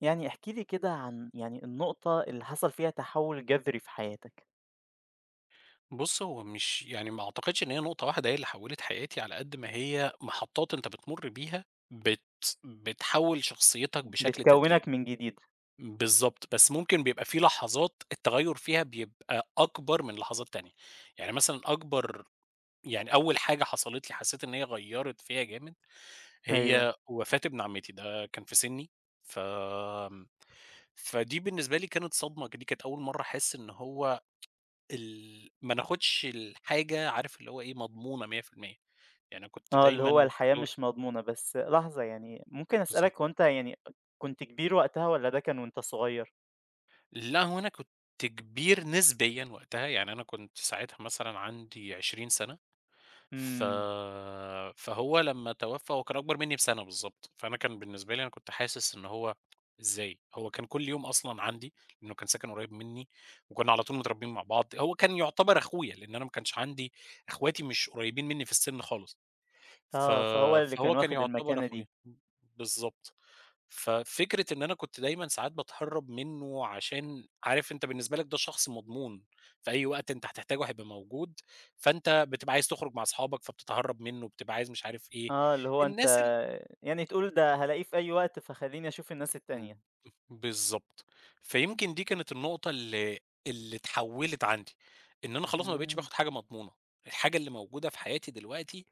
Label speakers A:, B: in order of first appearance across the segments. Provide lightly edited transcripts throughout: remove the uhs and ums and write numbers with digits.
A: يعني احكِ لي كده عن يعني النقطة اللي حصل فيها تحوُّل جذري في حياتك،
B: بُص، هو مش يعني ما أعتقدش إن هي نقطة واحدة هي اللي حوّلت حياتي، على قد ما هي محطات أنت بتمُر بيها بت بتحوّل شخصيتك بشكل تدريجي.
A: بتكوّنك من جديد،
B: بالضبط، بس ممكن بيبقى في لحظات التغيُّر فيها بيبقى أكبر من لحظات تانية. يعني مثلًا أكبر يعني أول حاجة حصلت لي حسّيت إن هي غيّرت فيّا جامد،
A: أيوه،
B: هي وفاة ابن عمتي، ده كان في سِنّي. ف آمم، فدي بالنسبة لي كانت صدمة، دي كانت أول مرّة أحس إن هو ما ناخدش الحاجة عارف اللي هو إيه، مضمونة 100%. يعني كنت
A: آه، اللي
B: دايمًا
A: هو الحياة
B: باحاول
A: مش مضمونة، بس لحظة يعني ممكن
B: بالضبط.
A: أسألك هو أنت يعني كنت كبير وقتها والّا ده كان وأنت صغير؟
B: لأ، هو أنا كنت كبير نسبيًا وقتها، يعني أنا كنت ساعتها مثلًا عندي 20 سَنة. ف
A: إمم،
B: فهو لمّا توفى هو كان أكبر منّي بسَنة بالضبط، فأنا كان بالنسبة لي أنا كنت حاسس إن هو إزاي! هو كان كل يوم أصلًا عندي، لإنه كان ساكن قريب منّي وكنا على طول متربيين مع بعض، هو كان يعتبر أخويا، لإن أنا ما كانش عندي أخواتي مش قريبين منّي في السِن خالص. ف
A: آه، فهو اللي
B: فهو
A: كان
B: كان
A: واخد
B: يعتبر
A: المكانة
B: أخويا،
A: دي،
B: بالضبط. ففكرة إن أنا كنت دايمًا ساعات باتهرّب منّه عشان عارف أنت بالنسبة لك ده شخص مضمون، في أي وقت أنت هتحتاجه هيبقى موجود، فأنت بتبقى عايز تخرج مع أصحابك فبتتهرّب منّه، بتبقى عايز مش عارف إيه،
A: آه، اللي هو أنت
B: الناس ال
A: يعني تقول ده هالاقيه في أي وقت فخلّيني أشوف الناس
B: امم،
A: التانية،
B: بالضبط. فيمكن دي كانت النقطة اللي اتحوّلت عندي، إن أنا خلاص ما بقيتش
A: إمم،
B: باخد حاجة مضمونة. الحاجة اللي موجودة في حياتي دلوقتي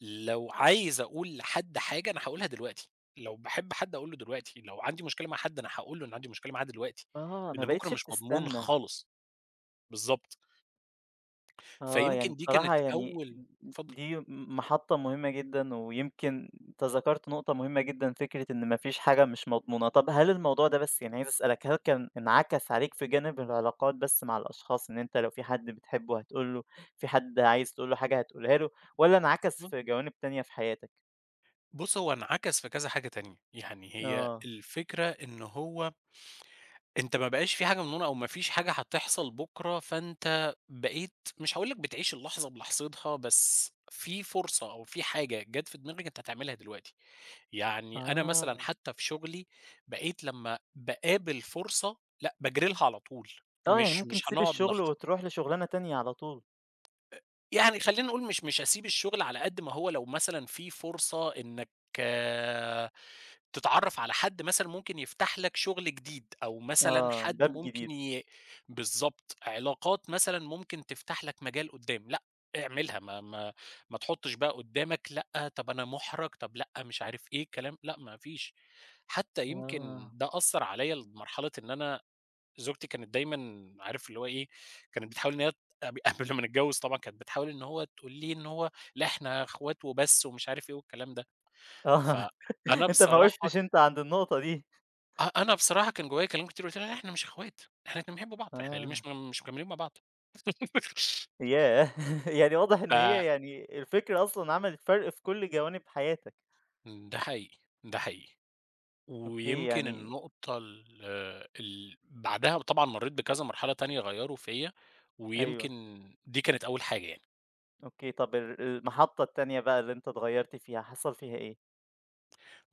B: لو عايز أقول لحد حاجة أنا هاقولها دلوقتي، لو باحب حد أقول له دلوقتي، لو عندي مشكلة مع حد أنا هاقول له إن عندي مشكلة معاه دلوقتي،
A: آه، ما
B: لإن بُكرة
A: بقيتش
B: مش مضمون
A: بتستنى.
B: خالص، بالضبط،
A: آه،
B: فيمكن
A: يعني
B: دي
A: بصراحة
B: كانت
A: يعني
B: أول اتفضل،
A: دي محطة مهمة جدًا، ويمكن أنت ذكرت نقطة مهمة جدًا، فكرة إن ما فيش حاجة مش مضمونة. طب هل الموضوع ده بس يعني عايز أسألك، هل كان انعكس عليك في جانب العلاقات بس مع الأشخاص، إن أنت لو في حد بتحبه هتقول له، في حد عايز تقول له حاجة هتقولها له، والّا انعكس
B: امم.
A: في جوانب تانية في حياتك؟
B: بُص هو انعكس في كذا حاجة تانية، يعني هي
A: آه،
B: الفكرة إن هو أنت ما بقاش في حاجة مضمونة أو ما فيش حاجة هتحصل بُكرة، فأنت بقيت مش هاقول لك بتعيش اللحظة بلحظتها، بس في فرصة أو في حاجة جات في دماغك أنت هتعملها دلوقتي. يعني أنا مثلًا
A: آه،
B: حتى في شغلي بقيت لمّا باقابل فرصة، لأ باجري لها على طول،
A: آه، يعني
B: مش
A: ممكن
B: مش
A: تسيب
B: هنقعد نخ
A: الشغل وتروح لشغلانة تانية على طول.
B: يعني خلّينا نقول مش هاسيب الشغل على قد ما هو لو مثلًا في فرصة إنّك آه، تتعرّف على حد مثلًا ممكن يفتح لك شغل جديد، أو مثلًا
A: آه،
B: حد
A: باب
B: ممكن
A: جديد.
B: ي بالضبط، علاقات مثلًا ممكن تفتح لك مجال قدّام، لأ اعملها ما تحطّش بقى قدّامك لأ، طب أنا مُحرَج، طب لأ مش عارف إيه الكلام، لأ ما فيش. حتى يمكن
A: آه،
B: ده أثّر عليَّ لمرحلة إن أنا زوجتي كانت دايمًا عارف اللي هو إيه، كانت بتحاول إن هي قبل ما نتجوز طبعًا كانت بتحاول إن هو تقول لي إن هو لأ إحنا إخوات وبس ومش عارف إيه والكلام ده.
A: آه،
B: فأنا
A: أنت ما
B: بصراحة
A: وقفتش أنت عند النقطة دي.
B: أنا بصراحة كان جوايا كلام كتير قُلت لها: "لأ إحنا مش إخوات، إحنا الاتنين بنحب بعض، إحنا ليه مش
A: آه.
B: مش مكملين مع بعض؟"
A: ياه! يعني واضح
B: ف
A: إن هي يعني الفكرة أصلًا عملت فرْق في كل جوانب حياتك،
B: ده حقيقي، ده حقيقي.
A: أوكي
B: ويمكن
A: يعني
B: النقطة ال ال بعدها طبعًا مرّيت بكذا مرحلة تانية غيّروا فيّا،
A: أيوه،
B: ويمكن دي كانت أول حاجة يعني.
A: أوكي طَب المحطة التانية بقى اللي أنت اتغيّرت فيها، حصل فيها إيه؟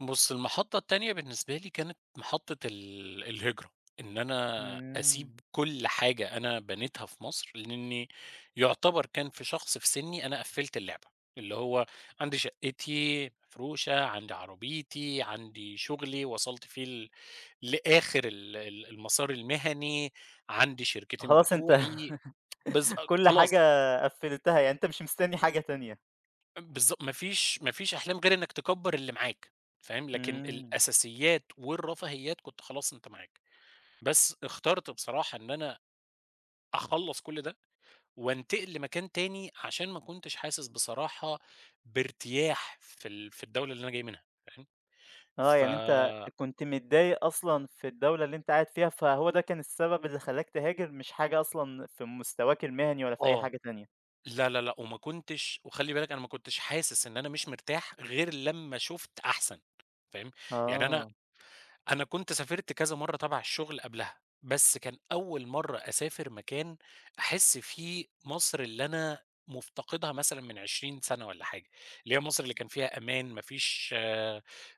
B: بُص، المحطة التانية بالنسبة لي كانت محطة الهجرة، إن أنا أسيب
A: إمم،
B: كل حاجة أنا بنيتها في مصر، لإني يعتبر كان في شخص في سني أنا قفّلت اللعبة، اللي هو عندي شقتي مفروشة، عندي عربيتي، عندي شغلي وصلت فيه لآخر ال ال المسار المهني، عندي شركتين
A: خلاص أنت
B: بتوعي بالض
A: كل حاجة
B: خلاص.
A: قفّلتها، يعني أنت مش مستني حاجة تانية.
B: بالضبط، ما فيش أحلام غير إنك تكبّر اللي معاك، فاهم؟ لكن
A: إمم،
B: الأساسيات والرفاهيات كنت خلاص أنت معاك، بس اخترت بصراحة إن أنا أخلّص كل ده وانتقل لمكان تاني عشان ما كنتش حاسس بصراحة بارتياح في الدولة اللي أنا جاي منها، فاهم؟
A: آه
B: ف
A: يعني أنت كنت متضايق أصلًا في الدولة اللي أنت قاعد فيها، فهو ده كان السبب اللي خلّاك تهاجر، مش حاجة أصلًا في مستواك المهني ولا في أي
B: آه،
A: حاجة تانية.
B: لا، لا، لأ، وما كنتش وخلّي بالك أنا ما كنتش حاسس إن أنا مش مرتاح غير لمّا شُفت أحسن، فاهم؟ يعني أنا
A: آه،
B: أنا كنت سافرت كذا مرّة تبع الشغل قبلها، بس كان أول مرّة أسافر مكان أحس فيه مصر اللي أنا مفتقدها مثلًا من 20 سَنة والّا حاجة، اللي هي مصر اللي كان فيها أمان، ما فيش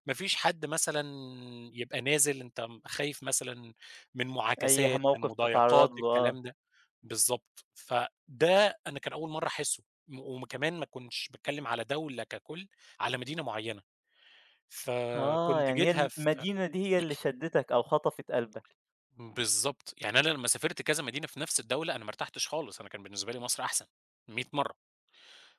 B: ما فيش حد مثلًا يبقى نازل أنت خايف مثلًا من
A: أي
B: مُعاكسات، من
A: موقف
B: مضايقات،
A: تتعرّض له، آه.
B: الكلام ده. بالضبط. فده أنا كان أول مرّة أحسّه، وكمان ما كنتش باتكلّم على دولة ككُل، على مدينة معيّنة،
A: آه،
B: فكنت
A: يعني هي
B: جيتها في
A: المدينة دي هي اللي شدّتك أو خطفت قلبك.
B: بالضبط. يعني أنا لمّا سافرت كذا مدينة في نفس الدولة، أنا ما ارتحتش خالص، أنا كان بالنسبة لي مصر أحسن 100 مرّة،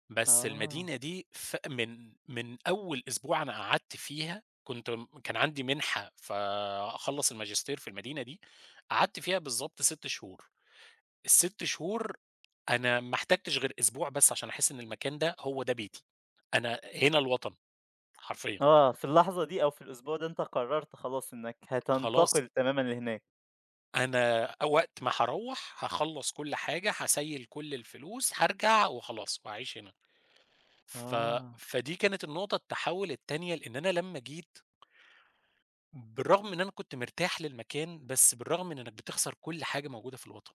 B: بس
A: آه،
B: المدينة دي ف من أول أسبوع أنا قعدت فيها كنت كان عندي منحة فأخلّص الماجستير في المدينة دي، قعدت فيها بالضبط 6 شهور، ال6 شهور أنا ما احتاجتش غير أسبوع بس عشان أحس إن المكان ده هو ده بيتي، أنا هنا الوطن حرفيًا.
A: آه، في اللحظة دي أو في الأسبوع ده أنت قررت خلاص إنك
B: خلاص
A: هتنتقل تمامًا لهناك.
B: أنا وقت ما هاروّح هاخلّص كل حاجة، هاسَيّل كل الفلوس، هارجع وخلاص وهاعيش هنا. ف
A: آه،
B: فدي كانت النقطة التحوّل التانية، لإن أنا لمّا جيت بالرغم إن أنا كنت مرتاح للمكان، بس بالرغم من إنّك بتخسر كل حاجة موجودة في الوطن،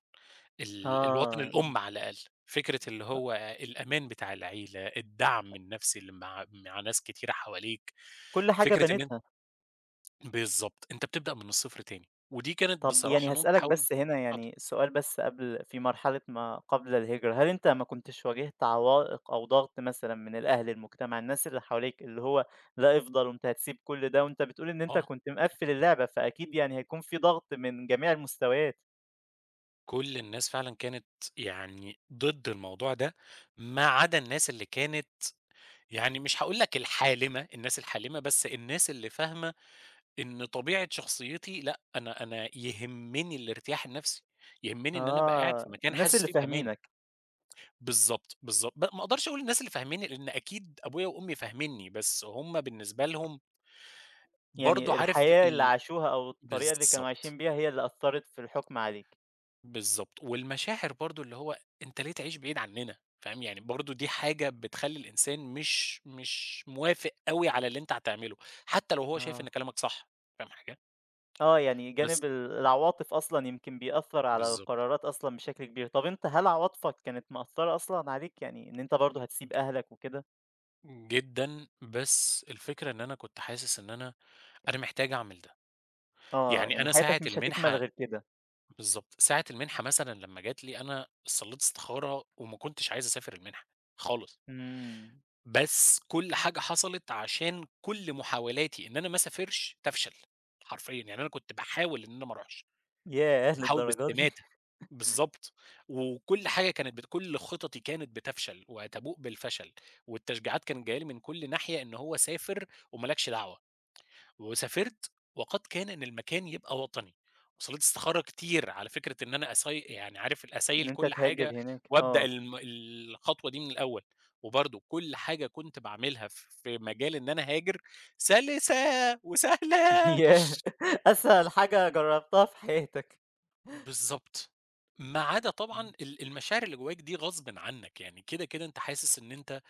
B: الوطن
A: آه، يعني
B: الأم على الأقل، فكرة اللي هو الأمان بتاع العيلة، الدعم النفسي اللي مع ناس كتيرة حواليك،
A: كل حاجة
B: فكرة إن أن
A: بنيتها.
B: بالضبط، أنت بتبدأ من الصفر تاني، ودي كانت
A: طب يعني
B: بصراحة نقطة
A: هاسألك
B: تحوّل
A: بس هنا
B: حاضر،
A: يعني سؤال بس قبل في مرحلة ما قبل الهجرة، هل أنت ما كنتش واجهت عوائق أو ضغط مثلًا من الأهل، المجتمع، الناس اللي حواليك، اللي هو لأ افضل وأنت هتسيب كل ده وأنت بتقول إن أنت
B: آه.
A: كنت مقفّل اللعبة، فأكيد يعني هيكون في ضغط من جميع المستويات؟
B: كل الناس فعلًا كانت يعني ضد الموضوع ده، ما عدا الناس اللي كانت يعني مش هاقول لك الحالمة، الناس الحالمة، بس الناس اللي فاهمة إن طبيعة شخصيتي لأ، أنا يهمني الارتياح النفسي، يهمني إن أنا أبقى قاعد في
A: آه،
B: مكان
A: الناس
B: حاسس
A: اللي
B: فيه بأمان.
A: فاهمينك،
B: بالضبط، بالضبط. ما أقدرش أقول الناس اللي فاهميني، لإن أكيد أبويا وأمي فاهميني، بس هم بالنسبة لهم برضه
A: يعني
B: عارف
A: الحياة اللي عاشوها أو الطريقة اللي كانوا
B: بالضبط.
A: عايشين بيها هي اللي أثّرت في الحكم عليك.
B: بالضبط، والمشاعر برضه اللي هو أنت ليه تعيش بعيد عننا، فاهم، يعني برضه دي حاجة بتخلّي الإنسان مش موافق أوي على اللي أنت هتعمله، حتى لو هو شايف إن
A: آه،
B: كلامك صح، فاهم حاجة،
A: آه، يعني
B: بس
A: جانب العواطف أصلًا يمكن بيأثّر على
B: بالضبط،
A: القرارات أصلًا بشكل كبير. طَب أنت هل عواطفك كانت مأثّرة أصلًا عليك، يعني إن أنت برضه هتسيب
B: ج
A: أهلك وكده؟
B: جدًا، بس الفكرة إن أنا كنت حاسس إن أنا محتاج أعمل ده،
A: آه،
B: يعني
A: يعني
B: أنا ساعة
A: حياتك مش هتكمل
B: المنحة
A: غير كده.
B: بالضبط، ساعة المنحة مثلًا لمّا جات لي أنا صلّيت استخارة وما كنتش عايز أسافر المنحة خالص.
A: إمم،
B: بس كل حاجة حصلت عشان كل محاولاتي إن أنا ما اسافرش تفشل، حرفيًا، يعني أنا كنت باحاول إن أنا ما اروحش،
A: ياه!
B: وباحاول
A: للدرجة دي!
B: باستماتة، بالضبط، وكل حاجة كانت بت كل خططي كانت بتفشل وتبوء بالفشل، والتشجيعات كانت جاية لي من كل ناحية إن هو سافر وما لكش دعوة. وسافرت وقد كان إن المكان يبقى وطني، وصلت استخارة كتير على فكرة إن أنا أسي يعني عارف ال أسيّل
A: إن أنت
B: كل
A: تهاجر
B: حاجة
A: هناك،
B: وأبدأ
A: آه،
B: الخطوة دي من الأول، وبرضه كل حاجة كنت باعملها في مجال إن أنا هاجر سلسة وسهلة.
A: ياه! أسهل حاجة جرّبتها في حياتك.
B: بالضبط. ما عدا
A: مم.
B: طبعًا المشاعر اللي جواك دي غصبٍ عنك، يعني كده، كده أنت حاسس إن أنت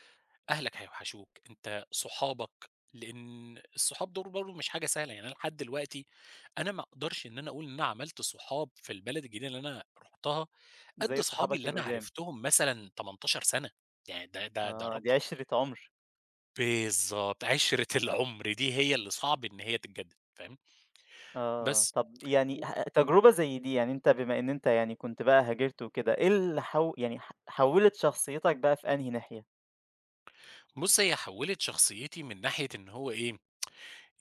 B: أهلك هيوحشوك، أنت صحابك لإن الصحاب دول برضه مش حاجة سهلة، يعني أنا لحد دلوقتي أنا ما أقدرش إن أنا أقول إن أنا عملت صحاب في البلد الجديدة اللي أنا رُحتها قد
A: زي
B: صحابي
A: صحابك
B: اللي أنا
A: القُدام،
B: عرفتهم مثلًا 18 سَنة، يعني ده
A: آه، دي
B: رقم
A: عِشرة عُمر.
B: بالضبط، عِشرة العُمر دي هي اللي صعب إن هي تتجدد فاهم؟
A: آه،
B: بس
A: طب يعني
B: و
A: تجربة زي دي يعني أنت بما إن أنت يعني كنت بقى هاجرت وكده، إيه اللي حو يعني ح حوّلت شخصيتك بقى في أنهي ناحية؟
B: بُص هي حوّلت شخصيتي من ناحية إن هو إيه،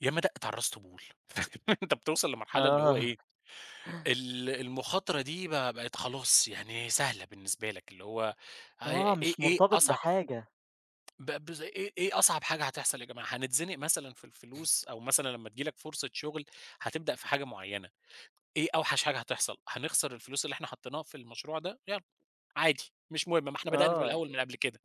B: ياما دقِّت على الراس طبول، فاهم أنت بتوصل لمرحلة اللي هو
A: آه،
B: إيه المخاطرة دي بقى بقت خلاص يعني سهلة بالنسبة لك، اللي هو ع
A: آه،
B: إيه
A: مش
B: إيه
A: مرتبط
B: أصعب
A: بحاجة،
B: ب بز إيه إيه أصعب حاجة هتحصل يا جماعة، هنتزنق مثلًا في الفلوس أو مثلًا لمّا تيجي لك فرصة شغل هتبدأ في حاجة معيّنة، إيه أوحش حاجة هتحصل، هنخسر الفلوس اللي إحنا حطيناها في المشروع ده، يالّا عادي مش مهم ما إحنا بدأنا من
A: آه،
B: الأول من قبل كده،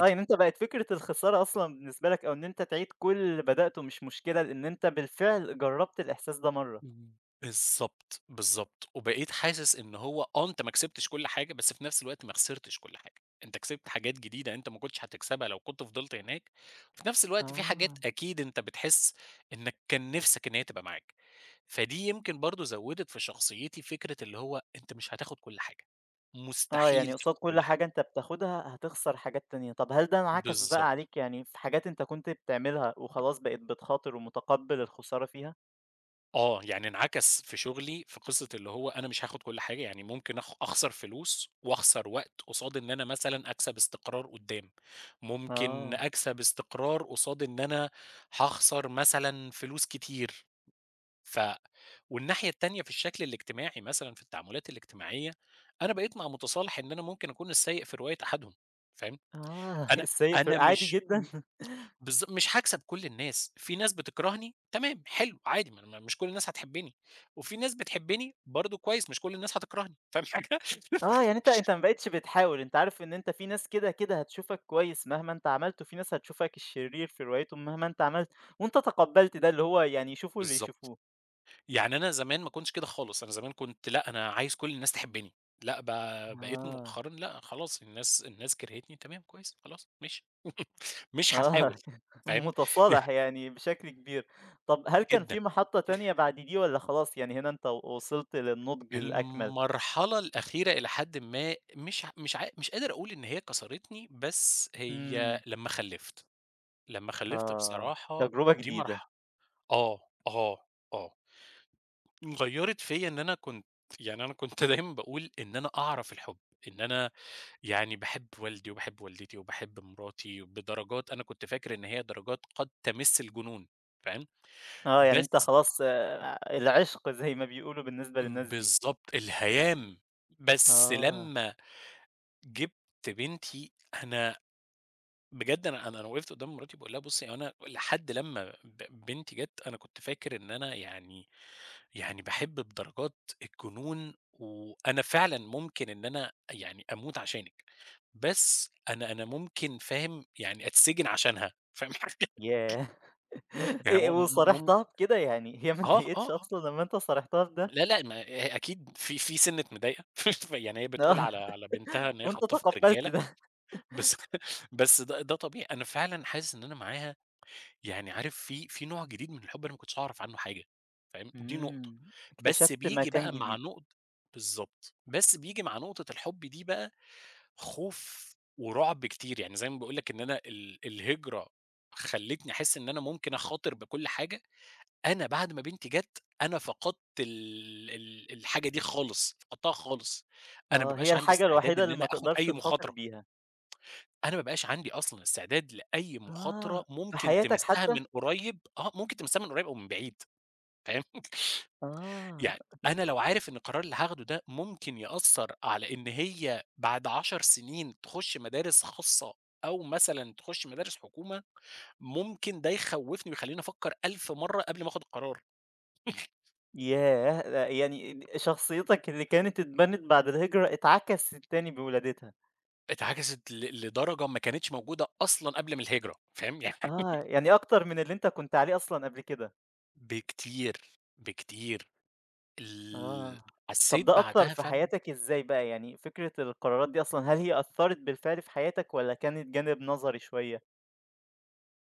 A: آه، يعني أنت بقت فكرة الخسارة أصلًا بالنسبة لك أو إن أنت تعيد كل اللي بدأته مش مشكلة، لإن أنت بالفعل جرّبت الإحساس ده مرّة.
B: إمم. بالضبط، بالضبط. وبقيت حاسس إن هو آه، أنت ما كسبتش كل حاجة، بس في نفس الوقت ما خسرتش كل حاجة. أنت كسبت حاجات جديدة أنت ما كنتش هتكسبها لو كنت فضلت هناك، وفي نفس الوقت في حاجات
A: آه،
B: أكيد أنت بتحس إنك كان نِفْسك إن هي تبقى معاك. فدي يمكن برضه زوّدت في شخصيتي فكرة اللي هو أنت مش هتاخد كل حاجة،
A: آه، يعني
B: مستحيل
A: قصاد
B: تاخد
A: كل
B: كل
A: حاجة
B: حاجة.
A: أنت بتاخدها هتخسر حاجات تانية، طب هل ده انعكس بقى
B: بالضبط.
A: عليك يعني في حاجات أنت كنت بتعملها وخلاص بقيت بتخاطر ومتقبّل الخسارة فيها؟
B: آه، يعني انعكس في شغلي في قصة اللي هو أنا مش هاخد كل حاجة، يعني ممكن أخسر فلوس وأخسر وقت قصاد إن أنا مثلًا أكسب استقرار قدّام، ممكن
A: آه.
B: أكسب استقرار قصاد إن أنا هاخسر مثلًا فلوس كتير. ف والناحية التانية في الشكل الاجتماعي مثلًا في التعاملات الاجتماعية، أنا بقيت مع متصالح إن أنا ممكن أكون السيء في رواية أحدهم، فاهم؟
A: آه،
B: أنا
A: السيء في
B: أنا
A: عادي
B: مش م
A: جدًا،
B: بالض مش هاكسب كل الناس، في ناس بتكرهني تمام، حلو، عادي ما أنا مش كل الناس هتحبني، وفي ناس بتحبني برضه كويس، مش كل الناس هتكرهني، فاهم حاجة؟
A: آه، يعني أنت ما بقيتش بتحاول، أنت عارف إن أنت في ناس كده، كده هتشوفك كويس مهما أنت عملت، وفي ناس هتشوفك الشرير في روايتهم مهما أنت عملت، وأنت تقبّلت ده، اللي هو يعني يشوفوا اللي
B: بالضبط،
A: يشوفوه.
B: يعني أنا زمان ما كنتش كده خالص، أنا زمان كنت لأ، أنا عايز كل الناس تحبني، لأ ب بقيت
A: آه،
B: مؤخرًا لأ، خلاص الناس كرهتني تمام كويس، خلاص ماشي، مش هاحاول،
A: آه،
B: فاهم؟ يعني
A: متصالح يعني بشكل كبير. طَب هل كان
B: جدًا،
A: في محطة تانية بعد دي والّا خلاص يعني هنا أنت وصلت للنضج الأكمل؟
B: المرحلة الأخيرة إلى حدٍ ما مش قادر أقول إن هي كسرتني، بس هي
A: إمم،
B: لمّا خلّفت. لمّا خلّفت
A: آه،
B: بصراحة
A: تجربة
B: دي
A: جديدة.
B: مرح آه، آه، آه، غيّرِت فيّا إن أنا كنت يعني أنا كنت دايمًا باقول إن أنا أعرف الحُب، إن أنا يعني باحب والدي وباحب والدتي وباحب مراتي بدرجات أنا كنت فاكر إن هي درجات قد تمِس الجنون، فاهم؟
A: آه، يعني أنت
B: بس
A: خلاص آه، العِشق زي ما بيقولوا بالنسبة للناس دي.
B: بالضبط، الهيام، بس
A: آه.
B: لمّا جِبت بنتي أنا بجد أنا وقفت قدّام مراتي باقول لها: "بُصّي أنا لحد لمّا بنتي جات أنا كنت فاكر إن أنا يعني" يعني باحب بدرجات الجنون، وأنا فعلًا ممكن إن أنا يعني أموت عشانِك، بس أنا ممكن فاهم، يعني أتسجن عشانها، فاهم حاجة؟
A: ياه!
B: يعني
A: إيه وصارحتها بكده؟ يعني هي ما
B: آه، آه،
A: اتضايقتش
B: آه،
A: أصلًا لمّا أنت صارحتها بده؟
B: لا، لأ، ما هي أكيد في سِنّة مضايقة، يعني هي بتقول
A: آه،
B: على بنتها إن هي
A: وأنت
B: خطّفت
A: تقبّلت
B: رجالة،
A: ده.
B: بس بس ده طبيعي، أنا فعلًا حاسس إن أنا معاها يعني عارف في نوع جديد من الحب أنا ما كنتش أعرف عنه حاجة، فاهم، دي نقطة.
A: إمم،
B: بس
A: اكتشفت
B: بييجي
A: مكان
B: بقى مع
A: جديد.
B: نقط بالضبط، بس بييجي مع نقطة الحب دي بقى خوف ورعب كتير، يعني زي ما باقول لك إن أنا الهجرة خلّتني أحس إن أنا ممكن أخاطر بكل حاجة. أنا بعد ما بنتي جات أنا فقدت ال ال الحاجة دي خالص، فقدتها خالص، أنا ما
A: آه، هي
B: بقاش عندي
A: الحاجة
B: استعداد
A: الوحيدة
B: إن
A: اللي
B: أنا
A: ما
B: آخد
A: تقدرش
B: أي
A: تخاطر
B: مخاطرة.
A: بيها.
B: أنا ما بقاش عندي أصلًا استعداد لأي مخاطرة
A: آه، في
B: ممكن
A: حياتك
B: تمسّها
A: حتى؟
B: من قريب آه، ممكن تمسّها من قريب أو من بعيد فاهم؟
A: آه،
B: يعني أنا لو عارف إن القرار اللي هاخده ده ممكن يأثّر على إن هي بعد 10 سنين تخُش مدارس خاصة أو مثلًا تخُش مدارس حكومة، ممكن ده يخوّفني ويخلّيني أفكّر 1000 مرّة قبل ما آخُد القرار.
A: ياه! ده يعني شخصيتك اللي كانت اتبنت بعد الهجرة اتعكست تاني بولادتها.
B: اتعكست لدرجة ما كانتش موجودة أصلًا قبل ما الهجرة فاهم؟ يعني
A: آه، يعني أكتر من اللي أنت كنت عليه أصلًا قبل كده.
B: بكتير، بكتير. ال
A: آه. طب
B: حسّيت
A: ده أثّر
B: بعدها
A: في
B: فعلًا
A: حياتك إزاي بقى؟ يعني فكرة القرارات دي أصلًا هل هي أثّرت بالفعل في حياتك والّا كانت جانب نظري شوية؟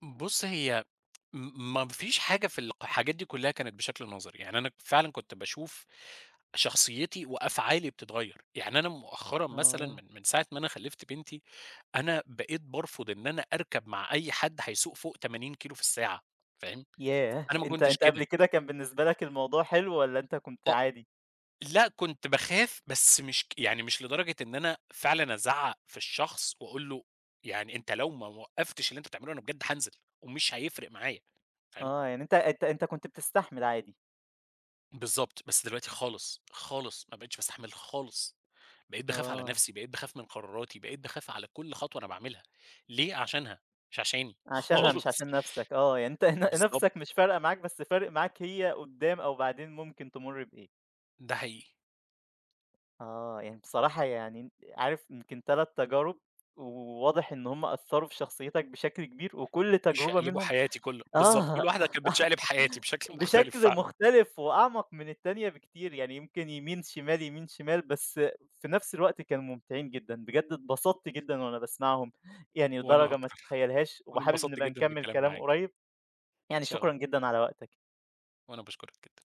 B: بُص هي ما فيش حاجة في الق الحاجات دي كلّها كانت بشكل نظري، يعني أنا فعلًا كنت باشوف شخصيتي وأفعالي بتتغيّر، يعني أنا مؤخرًا مثلًا
A: آه.
B: من ساعة ما أنا خلّفت بنتي، أنا بقيت بارفض إن أنا أركب مع أي حد هيسوق فوق 80 كيلو في الساعة، فاهم،
A: ياه!
B: أنا ما
A: أنت
B: كنتش
A: أنت
B: كده،
A: قبل كده كان بالنسبة لك الموضوع حلو والّا أنت كنت
B: آه،
A: عادي؟
B: لأ كنت باخاف بس مش ك يعني مش لدرجة إن أنا فعلًا أزعّق في الشخص وأقول له يعني أنت لو ما وقّفتش اللي أنت بتعمله أنا بجد هانزل ومش هيفرق معايا، فاهم؟
A: آه. يعني أنت كنت بتستحمل عادي.
B: بالضبط، بس دلوقتي خالص، خالص ما بقيتش باستحمل خالص، بقيت باخاف على
A: آه.
B: نفسي، بقيت باخاف من قراراتي، بقيت باخاف على كل خطوة أنا باعملها، ليه؟ عشانها مش عشاني
A: عشانها مش
B: خالص،
A: عشان نَفْسك. آه. يعني أنت نَفْسك
B: بالضبط،
A: مش فارقة معاك بس فارق معاك هي قُدّام أو بعدين ممكن تمُر بإيه.
B: ده حقيقي،
A: آه، يعني بصراحة يعني عارف يمكن 3 تجارب وواضح إن هم أثّروا في شخصيتك بشكل كبير، وكل تجربة
B: شقلبوا
A: منهم
B: حياتي بالضبط، كل
A: آه،
B: واحدة كانت بتشقلب حياتي بشكل مختلف
A: بشكل
B: فعلًا،
A: مختلف وأعمق من التانية بكتير، يعني يمكن يمين، شمال، يمين، شمال، بس في نفس الوقت كانوا ممتعين جدًا، بجد اتبسطت جدًا وأنا باسمعهم، يعني
B: وأنا
A: لدرجة ما
B: أكتر،
A: تتخيلهاش،
B: وأنا
A: وحابب
B: انبسطت
A: نبقى
B: جدًا
A: نكمّل
B: بالكلام
A: كلام
B: معاك،
A: قريب،
B: إن
A: يعني
B: شاء
A: شكرًا
B: الله،
A: جدًا على وقتك.
B: وأنا باشكرك.